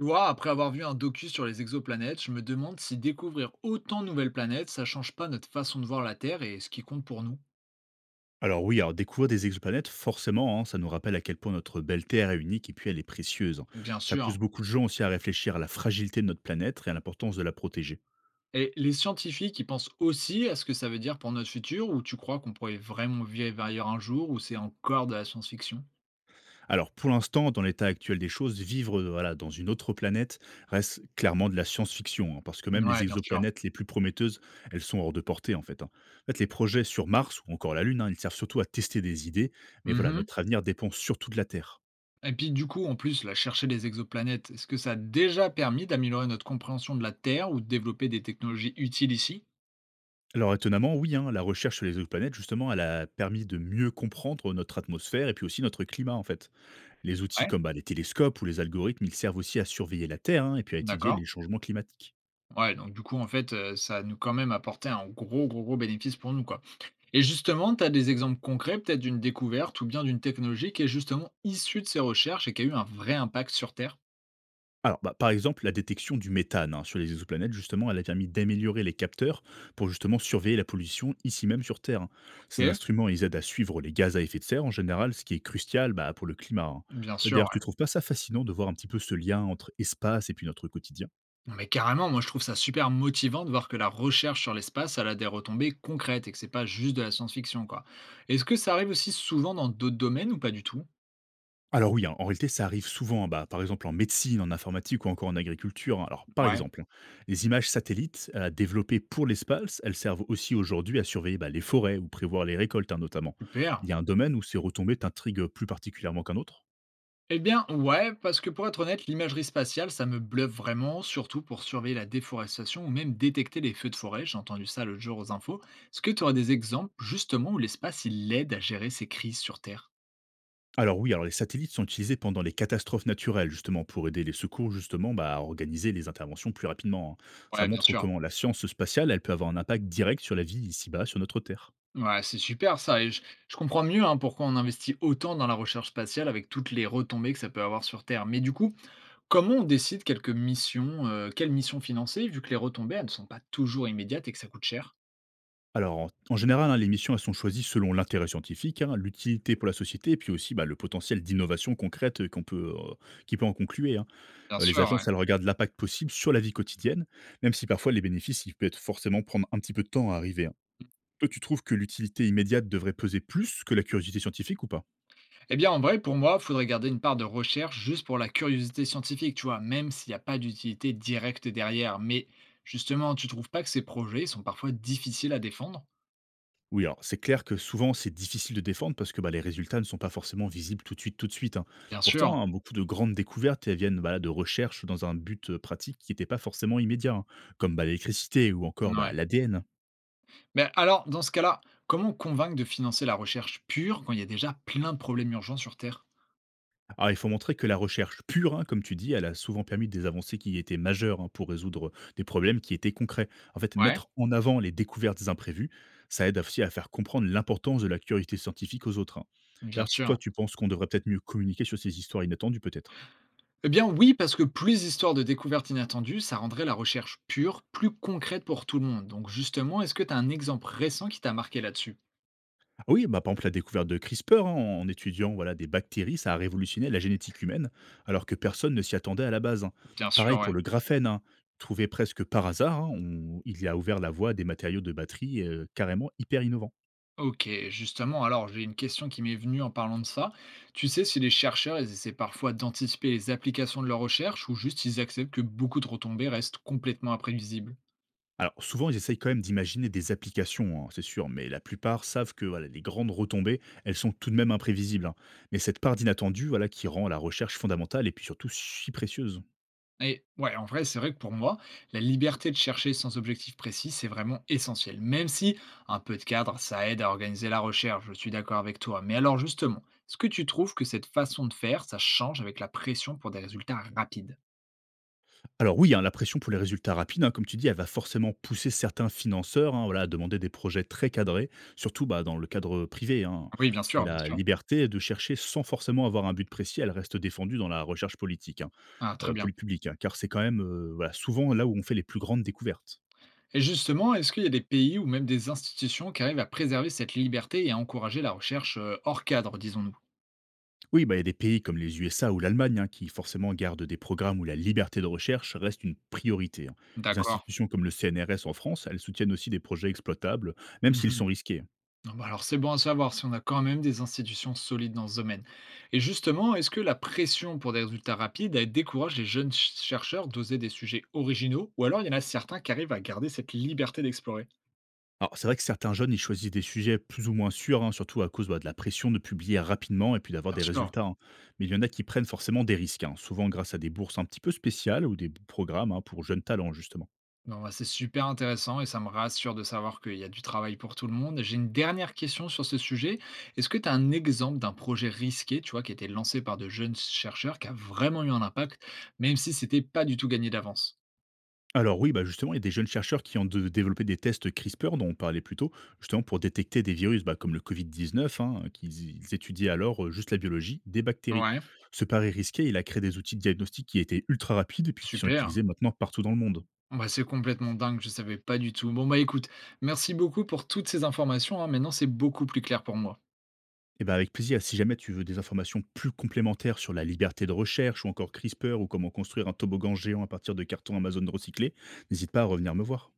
Tu vois, après avoir vu un docu sur les exoplanètes, je me demande si découvrir autant de nouvelles planètes, ça change pas notre façon de voir la Terre et ce qui compte pour nous. Alors oui, alors découvrir des exoplanètes, forcément, hein, ça nous rappelle à quel point notre belle Terre est unique et puis elle est précieuse, hein. Bien Ça sûr. pousse beaucoup de gens aussi à réfléchir à la fragilité de notre planète et à l'importance de la protéger. Et les scientifiques, ils pensent aussi à ce que ça veut dire pour notre futur, ou tu crois qu'on pourrait vraiment vivre ailleurs un jour, ou c'est encore de la science-fiction? Alors pour l'instant, dans l'état actuel des choses, vivre voilà, dans une autre planète reste clairement de la science-fiction, hein, parce que même les Ouais, bien sûr. exoplanètes les plus prometteuses, elles sont hors de portée en fait, hein. En fait, les projets sur Mars ou encore la Lune, hein, ils servent surtout à tester des idées, mais voilà, Mhm. notre avenir dépend surtout de la Terre. Et puis du coup, en plus, la chercher des exoplanètes, est-ce que ça a déjà permis d'améliorer notre compréhension de la Terre ou de développer des technologies utiles ici? Alors étonnamment, oui, hein, la recherche sur les exoplanètes, justement, elle a permis de mieux comprendre notre atmosphère et puis aussi notre climat, en fait. Les outils Ouais, comme bah, les télescopes ou les algorithmes, ils servent aussi à surveiller la Terre hein, et puis à étudier d'accord. les changements climatiques. Ouais, donc du coup, en fait, ça a nous quand même apporté un gros, gros, gros bénéfice pour nous, quoi. Et justement, tu as des exemples concrets, peut-être d'une découverte ou bien d'une technologie qui est justement issue de ces recherches et qui a eu un vrai impact sur Terre? Alors, bah, par exemple, la détection du méthane hein, sur les exoplanètes, justement, elle a permis d'améliorer les capteurs pour justement surveiller la pollution ici même sur Terre, hein. Ces OK, instruments, ils aident à suivre les gaz à effet de serre en général, ce qui est crucial bah, pour le climat, hein. bien Toi, sûr, d'ailleurs, ouais. tu trouves pas ça fascinant de voir un petit peu ce lien entre espace et puis notre quotidien? Non, mais carrément, moi, je trouve ça super motivant de voir que la recherche sur l'espace, elle a des retombées concrètes et que c'est pas juste de la science-fiction, quoi. Est-ce que ça arrive aussi souvent dans d'autres domaines ou pas du tout? Alors oui, hein, en réalité, ça arrive souvent, hein, bah, par exemple en médecine, en informatique ou encore en agriculture, hein. Alors par Ouais, exemple, hein, les images satellites développées pour l'espace, elles servent aussi aujourd'hui à surveiller bah, les forêts ou prévoir les récoltes hein, notamment. super. Il y a un domaine où ces retombées t'intriguent plus particulièrement qu'un autre? Eh bien, ouais, parce que pour être honnête, l'imagerie spatiale, ça me bluffe vraiment, surtout pour surveiller la déforestation ou même détecter les feux de forêt. J'ai entendu ça l'autre jour aux infos. Est-ce que tu aurais des exemples justement où l'espace il aide à gérer ces crises sur Terre? Alors oui, alors les satellites sont utilisés pendant les catastrophes naturelles justement pour aider les secours justement bah, à organiser les interventions plus rapidement, hein. Ça Ouais, bien montre sûr. comment la science spatiale, elle peut avoir un impact direct sur la vie ici-bas sur notre Terre. Ouais, c'est super ça. Et je comprends mieux hein, pourquoi on investit autant dans la recherche spatiale avec toutes les retombées que ça peut avoir sur Terre. Mais du coup, comment on décide quelques missions, quelles missions financer, vu que les retombées, elles ne sont pas toujours immédiates et que ça coûte cher? Alors, en général, hein, les missions, elles sont choisies selon l'intérêt scientifique, hein, l'utilité pour la société, et puis aussi bah, le potentiel d'innovation concrète qu'on peut, qui peut en concluer, hein. Bien Les sûr, ouais. agences, elles regardent l'impact possible sur la vie quotidienne, même si parfois les bénéfices, ils peuvent être forcément prendre un petit peu de temps à arriver, hein. Toi, tu trouves que l'utilité immédiate devrait peser plus que la curiosité scientifique ou pas? Eh bien, en vrai, pour moi, il faudrait garder une part de recherche juste pour la curiosité scientifique, tu vois, même s'il n'y a pas d'utilité directe derrière. Mais justement, tu trouves pas que ces projets sont parfois difficiles à défendre? Oui, alors c'est clair que souvent c'est difficile de défendre parce que bah, les résultats ne sont pas forcément visibles tout de suite, tout de suite, hein. Bien sûr, Pourtant, hein, beaucoup de grandes découvertes elles viennent bah, de recherches dans un but pratique qui n'était pas forcément immédiat, hein, comme bah, l'électricité ou encore bah, ouais. l'ADN. Mais alors, dans ce cas-là, comment convaincre de financer la recherche pure quand il y a déjà plein de problèmes urgents sur Terre? Alors il faut montrer que la recherche pure, hein, comme tu dis, elle a souvent permis des avancées qui étaient majeures hein, pour résoudre des problèmes qui étaient concrets. En fait, Ouais, mettre en avant les découvertes imprévues, ça aide aussi à faire comprendre l'importance de la curiosité scientifique aux autres, hein. bien D'ailleurs, sûr. toi, tu penses qu'on devrait peut-être mieux communiquer sur ces histoires inattendues, peut-être? Eh bien oui, parce que plus les histoires de découvertes inattendues, ça rendrait la recherche pure plus concrète pour tout le monde. Donc justement, est-ce que tu as un exemple récent qui t'a marqué là-dessus? Oui, bah, par exemple, la découverte de CRISPR hein, en étudiant voilà, des bactéries, ça a révolutionné la génétique humaine, alors que personne ne s'y attendait à la base, hein. Bien sûr, Pareil ouais. pour le graphène, hein, trouvé presque par hasard, hein, il a ouvert la voie à des matériaux de batterie carrément hyper innovants. Ok, justement, alors j'ai une question qui m'est venue en parlant de ça. Tu sais si les chercheurs, ils essaient parfois d'anticiper les applications de leurs recherches ou juste ils acceptent que beaucoup de retombées restent complètement imprévisibles? Alors souvent, ils essayent quand même d'imaginer des applications, hein, c'est sûr, mais la plupart savent que voilà, les grandes retombées, elles sont tout de même imprévisibles, hein. Mais cette part d'inattendu voilà, qui rend la recherche fondamentale et puis surtout si précieuse. Et ouais, en vrai, c'est vrai que pour moi, la liberté de chercher sans objectif précis, c'est vraiment essentiel. Même si un peu de cadre, ça aide à organiser la recherche, je suis d'accord avec toi. Mais alors justement, est-ce que tu trouves que cette façon de faire, ça change avec la pression pour des résultats rapides? Alors oui, hein, la pression pour les résultats rapides, hein, comme tu dis, elle va forcément pousser certains financeurs hein, voilà, à demander des projets très cadrés, surtout bah, dans le cadre privé, hein. Oui, bien Et sûr, bien la sûr. liberté de chercher sans forcément avoir un but précis, elle reste défendue dans la recherche politique, hein, Ah, très bien. pour le public, hein, car c'est quand même voilà, souvent là où on fait les plus grandes découvertes. Et justement, est-ce qu'il y a des pays ou même des institutions qui arrivent à préserver cette liberté et à encourager la recherche hors cadre, disons-nous? Oui, bah, il y a des pays comme les USA ou l'Allemagne hein, qui forcément gardent des programmes où la liberté de recherche reste une priorité, hein. Les D'accord. institutions comme le CNRS en France, elles soutiennent aussi des projets exploitables, même s'ils Mhm. sont risqués, hein. Ah bah alors c'est bon à savoir si on a quand même des institutions solides dans ce domaine. Et justement, est-ce que la pression pour des résultats rapides elle décourage les jeunes chercheurs d'oser des sujets originaux, ou alors il y en a certains qui arrivent à garder cette liberté d'explorer? Alors, c'est vrai que certains jeunes, ils choisissent des sujets plus ou moins sûrs, hein, surtout à cause bah, de la pression de publier rapidement et puis d'avoir Bien des sûr. résultats, hein. Mais il y en a qui prennent forcément des risques, hein, souvent grâce à des bourses un petit peu spéciales ou des programmes hein, pour jeunes talents, justement. Bon, bah, c'est super intéressant et ça me rassure de savoir qu'il y a du travail pour tout le monde. J'ai une dernière question sur ce sujet. Est-ce que tu as un exemple d'un projet risqué, tu vois, qui a été lancé par de jeunes chercheurs, qui a vraiment eu un impact, même si c'était pas du tout gagné d'avance? Alors oui, bah justement, il y a des jeunes chercheurs qui ont développé des tests CRISPR dont on parlait plus tôt, justement pour détecter des virus bah, comme le Covid-19, hein, qu'ils ils étudiaient alors juste la biologie des bactéries. Ouais, Ce pari risqué, il a créé des outils de diagnostic qui étaient ultra rapides et puis qui sont super. utilisés maintenant partout dans le monde. Bah, c'est complètement dingue, je savais pas du tout. Bon bah écoute, merci beaucoup pour toutes ces informations, hein. Maintenant c'est beaucoup plus clair pour moi. Eh ben, avec plaisir. Si jamais tu veux des informations plus complémentaires sur la liberté de recherche ou encore CRISPR ou comment construire un toboggan géant à partir de cartons Amazon recyclés, n'hésite pas à revenir me voir.